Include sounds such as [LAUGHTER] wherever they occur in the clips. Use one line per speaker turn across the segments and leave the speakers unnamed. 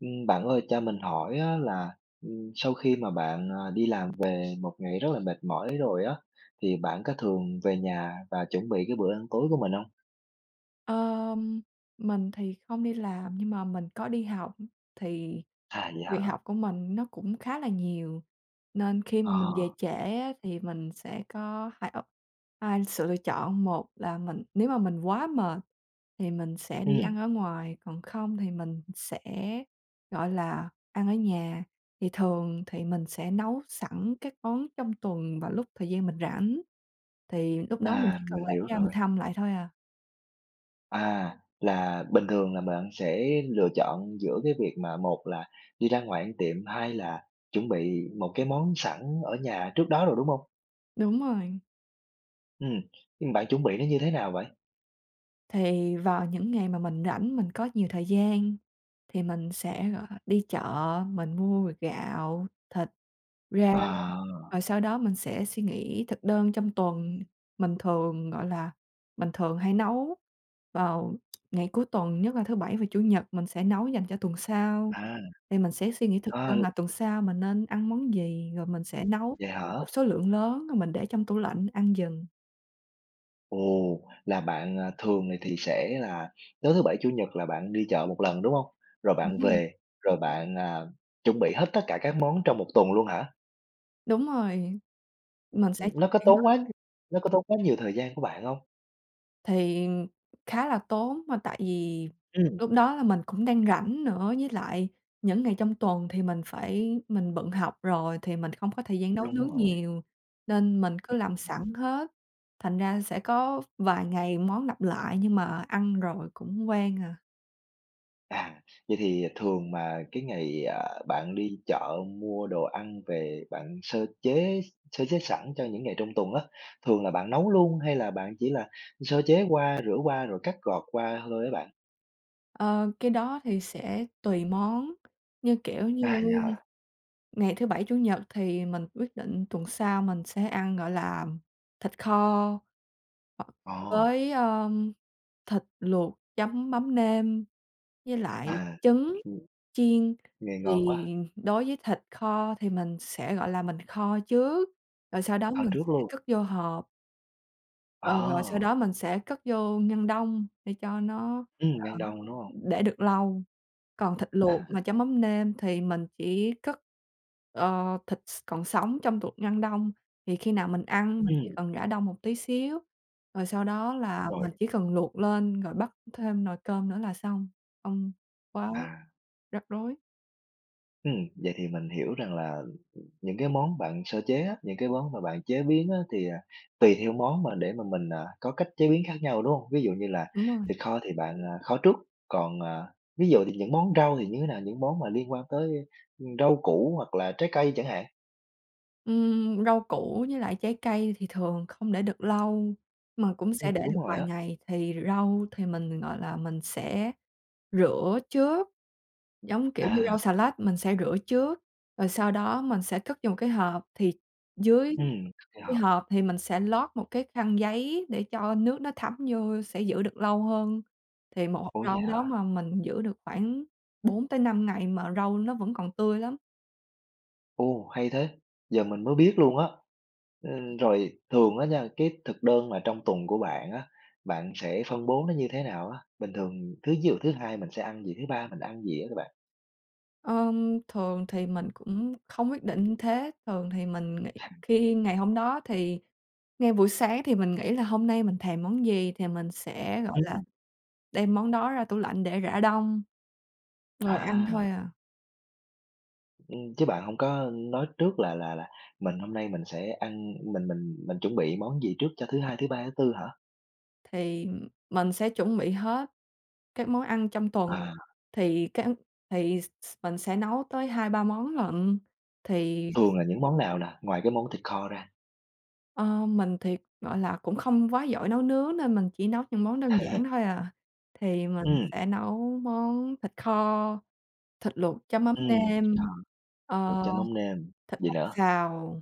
Bạn ơi, cho mình hỏi á là, sau khi mà bạn, đi làm về một ngày rất là mệt mỏi rồi á, thì bạn có thường về nhà và chuẩn bị cái bữa ăn tối của mình không?
Ờm, mình thì không đi làm nhưng mà mình có đi học, thì
À, vậy
việc
hả?
học của mình nó cũng khá là nhiều, nên khi
Ờ,
mà mình về trễ á thì mình sẽ có hai sự lựa chọn, một là nếu mà mình quá mệt thì mình sẽ đi ăn
ừm,
ở ngoài, còn không thì mình sẽ, gọi là, ăn ở nhà. Thì thường thì mình sẽ nấu sẵn các món trong tuần vào lúc thời gian mình rảnh, thì lúc đó mình chỉ cần
mình
lấy
hiểu
ra mình
rồi.
hâm lại thôi à.
À, là bình thường là bạn sẽ lựa chọn giữa cái việc mà một là đi ra ngoài ăn tiệm, hai là chuẩn bị một cái món sẵn ở nhà trước đó rồi, đúng không?
Đúng rồi.
Ừm, nhưng bạn chuẩn bị nó như thế nào vậy?
Thì vào những ngày mà mình rảnh, mình có nhiều thời gian thì mình sẽ, gọi là, đi chợ, mình mua gạo, thịt, rau,
À,
rồi sau đó mình sẽ suy nghĩ thực đơn trong tuần. Mình thường, gọi là, mình thường hay nấu vào ngày cuối tuần, nhất là thứ Bảy và Chủ nhật, mình sẽ nấu dành cho tuần sau.
à,
Thì mình sẽ suy nghĩ thực
à,
đơn là tuần sau mình nên ăn món gì, rồi mình sẽ nấu
vậy hả?
một số lượng lớn rồi mình để trong tủ lạnh ăn dần.
Ồ, là bạn, thường này thì sẽ là tối thứ Bảy, Chủ nhật là bạn đi chợ một lần, đúng không? Rồi
Đúng
bạn
hông?
về, rồi bạn, chuẩn bị hết tất cả các món trong một tuần luôn hả?
Đúng rồi, mình sẽ chuẩn
nó có
bị
tốn quá nó có tốn quá nhiều thời gian của bạn không?
thì khá là tốn mà tại vì
Ừ,
lúc đó là mình cũng đang rảnh nữa, với lại những ngày trong tuần thì mình bận học rồi thì mình không có thời gian nấu
đúng
nướng
rồi.
nhiều, nên mình cứ làm sẵn hết, thành ra sẽ có vài ngày món lặp lại nhưng mà ăn rồi cũng quen à.
À, vậy thì thường mà cái ngày, bạn đi chợ mua đồ ăn về bạn sơ chế sẵn cho những ngày trong tuần á, thường là bạn nấu luôn hay là bạn chỉ là sơ chế qua, rửa qua rồi cắt gọt qua thôi á bạn?
Ờ, cái đó thì sẽ tùy món, như, kiểu như,
À, vậy hả?
ngày thứ Bảy, Chủ nhật thì mình quyết định tuần sau mình sẽ ăn, gọi là, thịt kho hoặc
Ồ.
với, thịt luộc chấm mắm nêm, với lại
À,
trứng
ừm,
chiên.
nghe ngon quá,
Thì đối với thịt kho thì mình sẽ, gọi là, mình kho trước, rồi sau đó
ở
mình
trước
sẽ
luôn,
cất vô hộp, ờ, rồi sau
à,
đó mình sẽ cất vô ngăn đông để cho nó, ờ,
ngăn đông, đúng hông?
để được lâu. Còn thịt
À,
luộc mà chấm mắm nêm thì mình chỉ cất, thịt s còn sống trong tủ ngăn đông, thì khi nào mình ăn mình chỉ
ừm,
cần rã đông một tí xíu, rồi sau đó là
rồi,
mình chỉ cần luộc lên rồi bắt thêm nồi cơm nữa là xong, không quá
à,
rắc rối.
ừm, vậy thì mình hiểu rằng là những cái món bạn sơ chế á, những cái món mà bạn chế biến á thì, tùy theo món mà để mà mình, có cách chế biến khác nhau, đúng hông? Ví dụ như là
Đúng rồi.
thịt kho thì bạn, kho trước, còn, ví dụ thì những món rau thì như thế nào? Những món mà liên quan tới, rau củ hoặc là trái cây chẳng hạn.
Rau củ với lại trái cây thì thường không để được lâu, mà cũng sẽ để được
Đúng rồi
vài
á,
ngày, thì rau thì mình, gọi là, mình sẽ rửa trước, giống kiểu như
à,
rau xà lách mình sẽ rửa trước, rồi sau đó mình sẽ cất vô một cái hộp, thì dưới
kết
cái
hợp.
hộp thì mình sẽ lót một cái khăn giấy để cho nước nó thấm vô sẽ giữ được lâu hơn. Thì một hộp
Ủa, vậy
rau đó
hả?
mà mình giữ được khoảng 4 tới 5 ngày mà rau nó vẫn còn tươi lắm.
Ồ, hay thế, giờ mình mới biết luôn á. Rồi thường á nha, cái thực đơn mà trong tuần của bạn á, bạn sẽ phân bố nó như thế nào á? Bình thường ví dụ thứ Hai mình sẽ ăn gì, thứ Ba mình ăn gì á các bạn?
Thường thì mình cũng không quyết định thế, thường thì mình nghĩ khi ngày hôm đó thì ngay buổi sáng thì mình nghĩ là hôm nay mình thèm món gì thì mình sẽ, gọi là,
Ừm.
đem món đó ra tủ lạnh để rã đông, rồi ăn thôi
À,
à.
chứ bạn không có nói trước là mình hôm nay mình sẽ ăn mình chuẩn bị món gì trước cho thứ Hai, thứ Ba, thứ Tư hả?
Thì mình sẽ chuẩn bị hết các món ăn trong tuần,
À,
thì cái thì s s mình sẽ nấu tới 2 3 món lận. Thì,
thường là những món nào nè, ngoài cái món thịt kho ra?
ờ, mình thì, gọi là, cũng không quá giỏi nấu nướng nên mình chỉ nấu những món đơn giản thôi
[LAUGHS]
à. Thì mình
Ừm,
sẽ nấu món thịt kho, thịt luộc chấm mắm
ừm, thịt
nêm,
kho, luộc
ờ,
chấm mắm nêm,
thịt
gì
bằm
nữa?
xào.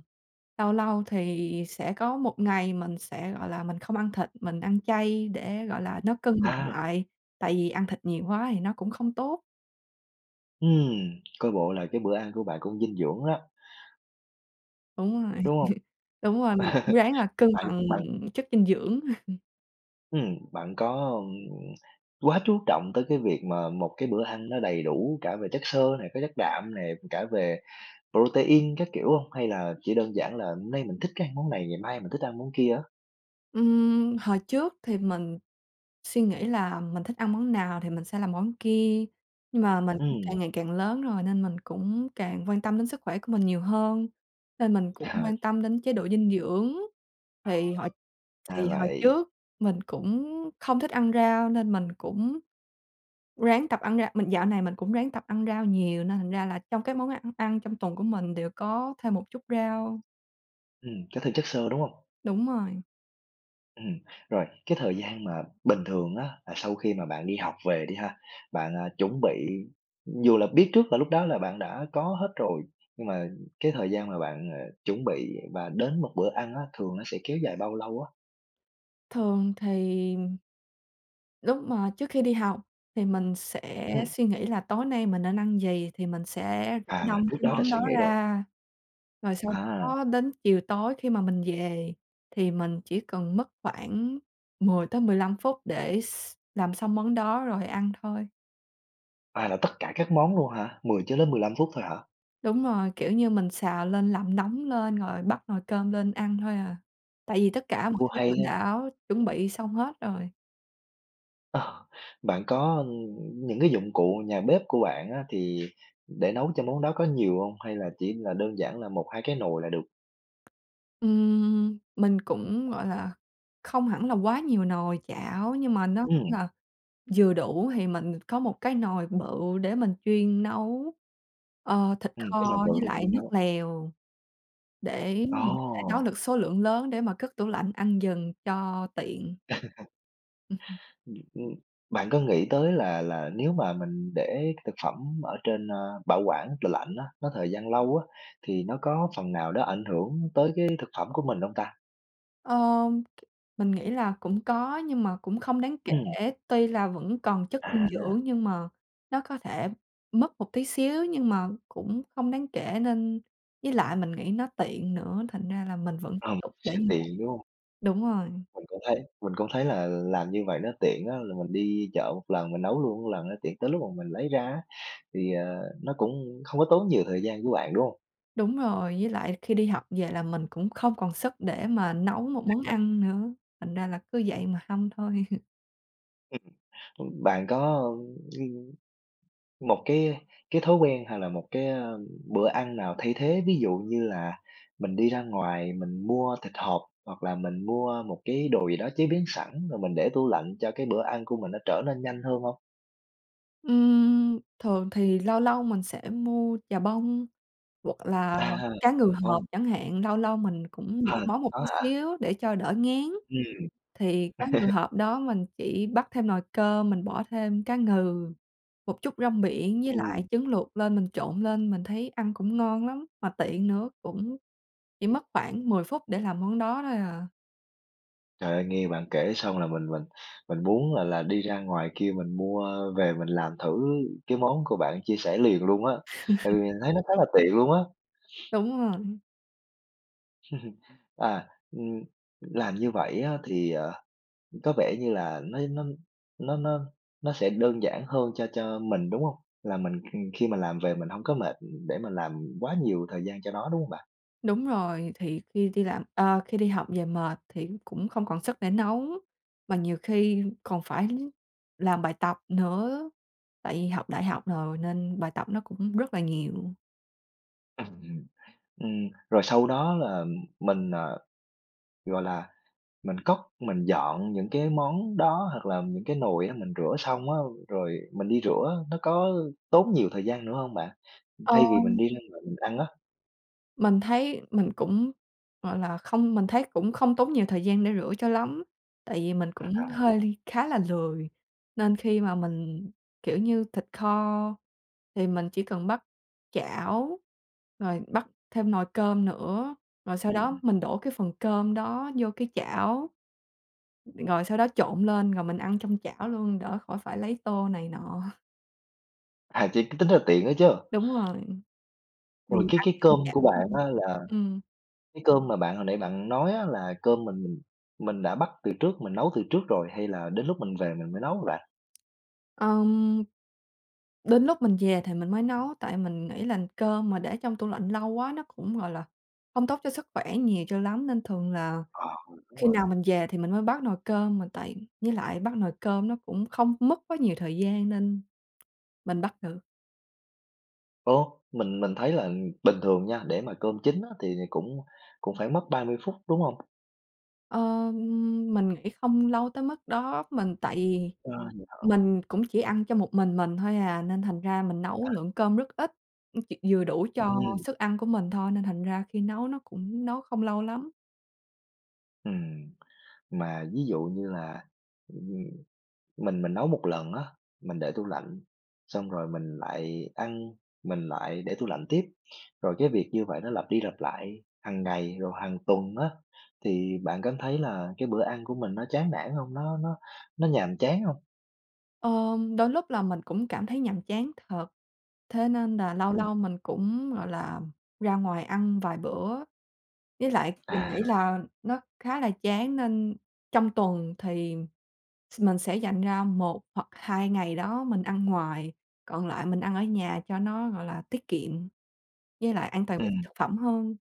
Lâu lâu thì sẽ có một ngày mình sẽ, gọi là, mình không ăn thịt, mình ăn chay để, gọi là, nó cân bằng
À,
lại, tại vì ăn thịt nhiều quá thì nó cũng không tốt.
ừm, coi bộ là cái bữa ăn của bạn cũng dinh dưỡng đó,
Đúng rồi,
đúng không?
đúng rồi, mình cũng
[LAUGHS]
ráng là cân
Bạn
bằng
bạn
chất dinh dưỡng. [LAUGHS]
Bạn có, quá chú trọng tới cái việc mà một cái bữa ăn nó đầy đủ cả về chất xơ này, có chất đạm này, cả về protein các kiểu không? Hay là chỉ đơn giản là hôm nay mình thích cái ăn món này, ngày mai mình thích ăn món kia á?
Hồi trước thì mình suy nghĩ là mình thích ăn món nào thì mình sẽ làm món kia, nhưng mà mình cũng càng
Ừm,
ngày càng lớn rồi nên mình cũng càng quan tâm đến sức khỏe của mình nhiều hơn, nên mình cũng
à,
quan tâm đến chế độ dinh dưỡng. Thì hồi
ra
Thì hồi
vậy.
trước mình cũng không thích ăn rau nên mình cũng ráng tập ăn rau mình dạo này mình cũng ráng tập ăn rau nhiều nên thành ra là trong các món ăn ăn trong tuần của mình đều có thêm một chút rau.
Có thêm chất xơ, đúng không?
Đúng rồi.
Ừm, rồi cái thời gian mà bình thường á, là sau khi mà bạn đi học về đi ha, bạn, chuẩn bị dù là biết trước là lúc đó là bạn đã có hết rồi, nhưng mà cái thời gian mà bạn, chuẩn bị và đến một bữa ăn á, thường nó sẽ kéo dài bao lâu á?
Thường thì lúc mà trước khi đi học thì mình sẽ
Ừm,
suy nghĩ là tối nay mình nên ăn gì thì mình sẽ rã
là
đông
trước
cái
đó là
món
suy
đó
nghĩ rồi.
ra, rồi sau
À,
đó đến chiều tối khi mà mình về thì mình chỉ cần mất khoảng 10 tới 15 phút để làm xong món đó rồi ăn thôi.
là tất cả các món luôn hả? 10 cho đến 15 phút thôi hả?
Đúng rồi, kiểu như, mình xào lên, làm nóng lên rồi bắt nồi cơm lên ăn thôi à. Tại vì tất cả mọi
Ô,
thứ
hay
mình
ha.
đã chuẩn bị xong hết rồi.
Ờ, bạn có, những cái dụng cụ nhà bếp của bạn á, thì để nấu cho món đó có nhiều không? Hay là chỉ là đơn giản là một hai cái nồi là được?
Mình cũng, gọi là, không hẳn là quá nhiều nồi chảo nhưng mà nó cũng
Ừm.
là vừa đủ thì mình có một cái nồi bự để mình chuyên nấu, thịt
Cái lòng
kho
vượt
với
để
lại
chi
nước
nó
lèo để
ồ,
mình có thể nấu được số lượng lớn để mà cất tủ lạnh ăn dần cho tiện. Ừm.
ừm, ừm. Bạn có nghĩ tới là nếu mà mình để thực phẩm ở trên, bảo quản tủ lạnh á, nó thời gian lâu á, thì nó có phần nào đó ảnh hưởng tới cái thực phẩm của mình hông ta?
Ờ, mình nghĩ là cũng có nhưng mà cũng không đáng kể,
Ừm,
tuy là vẫn còn chất dinh
à,
dưỡng nhưng mà nó có thể mất một tí xíu nhưng mà cũng không đáng kể nên với lại mình nghĩ nó tiện nữa, thành ra là mình vẫn tiếp tục để
sẽ
như vậy.
tiện, đúng hông?
Đúng rồi,
Mình cũng thấy là làm như vậy nó tiện á, là mình đi chợ một lần mình nấu luôn một lần nó tiện tới lúc mà mình lấy ra á, thì, nó cũng không có tốn nhiều thời gian của bạn, đúng hông?
đúng rồi, với lại khi đi học về là mình cũng không còn sức để mà nấu một món ăn nữa, thành ra là cứ vậy mà hâm thôi. [LAUGHS]
Bạn có, ưm một cái thói quen hay là một cái, bữa ăn nào thay thế, ví dụ như là mình đi ra ngoài mình mua thịt hộp, hoặc là mình mua một cái đồ gì đó chế biến sẵn rồi mình để tủ lạnh cho cái bữa ăn của mình nó trở nên nhanh hơn không?
Thường thì lâu lâu mình sẽ mua chà bông. Hoặc là
À, [LAUGHS]
cá ngừ
được
hộp
hông?
chẳng hạn, lâu lâu mình cũng
À,
đổ món một
có
tí
hả?
xíu để cho đỡ ngán,
Ừm,
thì cá ngừ hộp đó mình chỉ bắc thêm nồi cơm, mình bỏ thêm cá ngừ, một chút rong biển với lại
ừm.
trứng luộc lên mình trộn lên, mình thấy ăn cũng ngon lắm, mà tiện nữa, cũng chỉ mất khoảng 10 phút để làm món đó thôi à.
Trời ơi, nghe bạn kể xong là mình muốn, đi ra ngoài kia mình mua về mình làm thử cái món của bạn chia sẻ liền luôn á, tại vì mình thấy nó khá là tiện luôn á.
Đúng rồi.
À, làm như vậy á thì, có vẻ như là nó nó nó sẽ đơn giản hơn cho mình, đúng hông? Là mình, khi mà làm về mình hông có mệt để mà làm quá nhiều thời gian cho nó, đúng hông bạn?
Đúng rồi, thì khi đi học về mệt thì cũng không còn sức để nấu, mà nhiều khi còn phải làm bài tập nữa, tại vì học đại học rồi nên bài tập nó cũng rất là nhiều.
Ừm. Rồi sau đó là mình, gọi là, mình cất, mình dọn những cái món đó hoặc là những cái nồi á, mình rửa xong á, rồi mình đi rửa nó có tốn nhiều thời gian nữa hông bạn? Thay vì mình đi ra ngoài mình ăn á.
Mình thấy mình cũng, gọi là, không mình thấy cũng không tốn nhiều thời gian để rửa cho lắm, tại vì mình cũng
À.
hơi khá là lười, nên khi mà mình, kiểu như, thịt kho thì mình chỉ cần bắt chảo, rồi bắt thêm nồi cơm nữa, rồi sau đó
Ừm,
mình đổ cái phần cơm đó vô cái chảo, rồi sau đó trộn lên rồi mình ăn trong chảo luôn, đỡ khỏi phải lấy tô này nọ. [LAUGHS]
chỉ tính ra tiện đó chứ.
Đúng rồi,
Rồi
mình
cái
ăn
cái
trên
cơm của
chảo.
bạn
Ừm.
á là
Ừm.
cái cơm mà bạn hồi nãy bạn nói á, là cơm mình đã bắt từ trước, mình nấu từ trước rồi hay là đến lúc mình về mình mới nấu hả bạn?
Ờm. Đến lúc mình về thì mình mới nấu, tại mình nghĩ là cơm mà để trong tủ lạnh lâu quá nó cũng, gọi là, không tốt cho sức khỏe nhiều cho lắm, nên thường là
Ờ, đúng
khi
rồi.
nào mình về thì mình mới bắt nồi cơm, mà tại với lại bắt nồi cơm nó cũng không mất quá nhiều thời gian nên mình bắt được.
Ồ, mình thấy là bình thường nha, để mà cơm chín á thì cũng cũng phải mất 30 phút, đúng không?
Ờ, mình nghĩ không lâu tới mức đó, tại vì
Ờ. Vậy hả?
mình cũng chỉ ăn cho mình thôi à, nên thành ra mình nấu lượng cơm rất ít, chỉ vừa đủ cho
Ừm.
sức ăn của mình thôi, nên thành ra khi nấu nó cũng nấu không lâu lắm.
Ừm, mà ví dụ như là, Mình nấu một lần á, mình để tủ lạnh, xong rồi mình lại ăn, mình lại để tủ lạnh tiếp. Rồi cái việc như vậy nó lặp đi lặp lại hàng ngày rồi hàng tuần á, thì bạn cảm thấy là cái bữa ăn của mình nó chán nản không? Nó nhàm chán không?
Ờ, đôi lúc là mình cũng cảm thấy nhàm chán thật, thế nên là lâu
Ừm,
lâu mình cũng, gọi là, ra ngoài ăn vài bữa. Với lại mình
à,
nghĩ là nó khá là chán nên trong tuần thì mình sẽ dành ra 1 hoặc 2 ngày đó mình ăn ngoài, còn lại mình ăn ở nhà cho nó, gọi là, tiết kiệm, với lại an toàn vệ sinh
ừm.
thực phẩm hơn.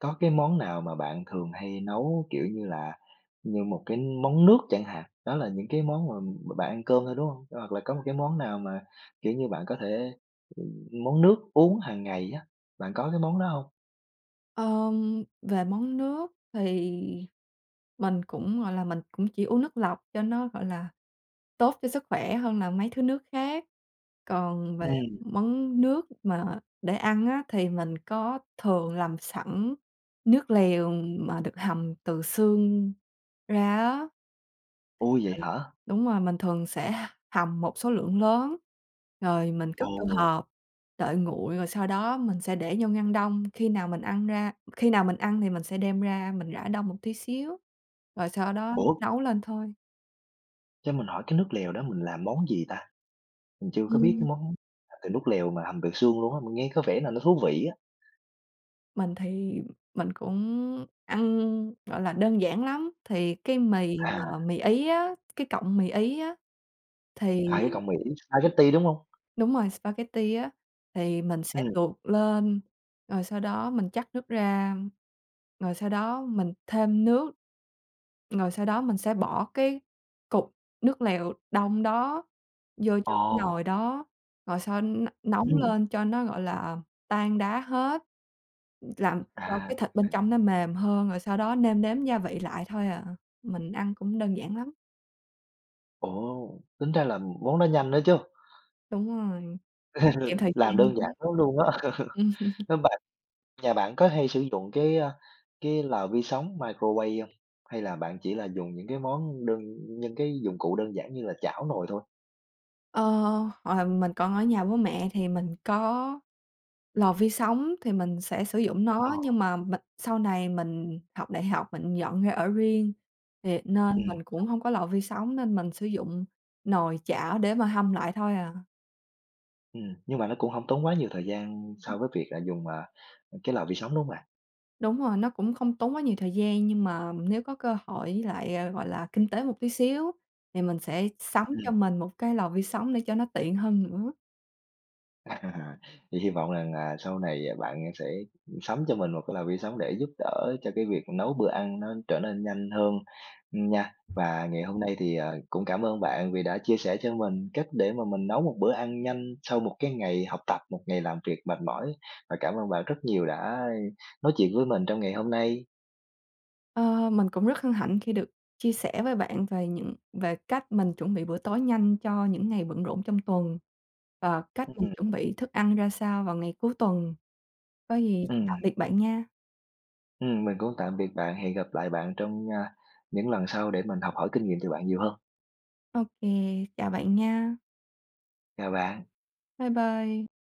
Có cái món nào mà bạn thường hay nấu, kiểu như là, như một cái món nước chẳng hạn, đó là những cái món mà bạn ăn cơm thôi, đúng hông? Hoặc là có một cái món nào mà, kiểu như, bạn có thể ừm, món nước uống hàng ngày á, bạn có cái món đó hông?
Về món nước thì mình cũng, gọi là, mình cũng chỉ uống nước lọc cho nó, gọi là, tốt cho sức khỏe hơn là mấy thứ nước khác. Còn về
Ừm,
món nước mà để ăn á, thì mình có thường làm sẵn nước lèo mà được hầm từ xương ra á. Thì
ôi, vậy
mình
hả?
đúng rồi, mình thường sẽ hầm một số lượng lớn, rồi mình cất vô
Ồ,
hộp, đợi nguội rồi sau đó mình sẽ để vô ngăn đông. Khi nào mình ăn thì mình sẽ đem ra mình rã đông một tí xíu, rồi sau đó
ủa,
nấu lên thôi.
cho mình hỏi cái nước lèo đó mình làm món gì ta? Mình chưa có biết
Ừm.
cái món làm từ nước lèo mà hầm được xương luôn á, mình nghe có vẻ là nó thú vị á.
Mình thì mình cũng ăn, gọi là, đơn giản lắm, thì cái mì
À,
mà mì Ý á, cái cọng mì Ý á, thì
cái cọng mì spaghetti, đúng hông?
đúng rồi, spaghetti á, thì mình sẽ
Ừm,
luộc lên, rồi sau đó mình trắc nước ra, rồi sau đó mình thêm nước, rồi sau đó mình sẽ bỏ cái cục nước lèo đông đó vô trong cái
ồ,
nồi đó, rồi sau n nóng
ừm,
lên cho nó, gọi là, tan đá hết. Làm cho
à.
cái thịt bên trong nó mềm hơn, rồi sau đó nêm nếm gia vị lại thôi à. Mình ăn cũng đơn giản lắm.
Ồ, tính ra là món đó nhanh nữa chứ,
Đúng rồi, kiệm thời
làm
gian
đơn giản
nữa.
lắm luôn á. [LAUGHS]
Ừm.
Thế bạn Nhà bạn có hay sử dụng cái, cái lò vi sóng microwave không? Hay là bạn chỉ là dùng những cái dụng cụ đơn giản như là chảo nồi thôi?
Ờ, hồi mình còn ở nhà bố mẹ thì mình có lò vi sóng thì mình sẽ sử dụng
Ờ,
nó, nhưng mà sau này mình học đại học mình dọn ra ở riêng, nên
ừm,
mình cũng hông có lò vi sóng nên mình sử dụng nồi chảo để mà hâm lại thôi à.
nhưng mà nó cũng không tốn quá nhiều thời gian so với việc là dùng, cái lò vi sóng, đúng không ạ?
Đúng rồi, nó cũng không tốn quá nhiều thời gian, nhưng mà nếu có cơ hội với lại, gọi là, kinh tế một tí xíu thì mình sẽ sắm cho mình một cái lò vi sóng để cho nó tiện hơn nữa.
[LAUGHS] À, thì hy vọng rằng, sau này, bạn sẽ sắm cho mình một cái lò vi sóng để giúp đỡ cho cái việc nấu bữa ăn nó trở nên nhanh hơn, ừ, nha. Và ngày hôm nay thì, cũng cảm ơn bạn vì đã chia sẻ cho mình cách để mà mình nấu một bữa ăn nhanh sau một cái ngày học tập, một ngày làm việc mệt mỏi. Và cảm ơn bạn rất nhiều đã nói chuyện với mình trong ngày hôm nay.
Ờ, mình cũng rất hân hạnh khi được chia sẻ với bạn về cách mình chuẩn bị bữa tối nhanh cho những ngày bận rộn trong tuần, và cách mình
Ừm,
chuẩn bị thức ăn ra sao vào ngày cuối tuần. Có gì tạm
ừm,
biệt bạn nha.
mình cũng tạm biệt bạn, hẹn gặp lại bạn trong, những lần sau để mình học hỏi kinh nghiệm từ bạn nhiều hơn.
Ok, chào bạn nha.
Chào bạn.
Bye bye.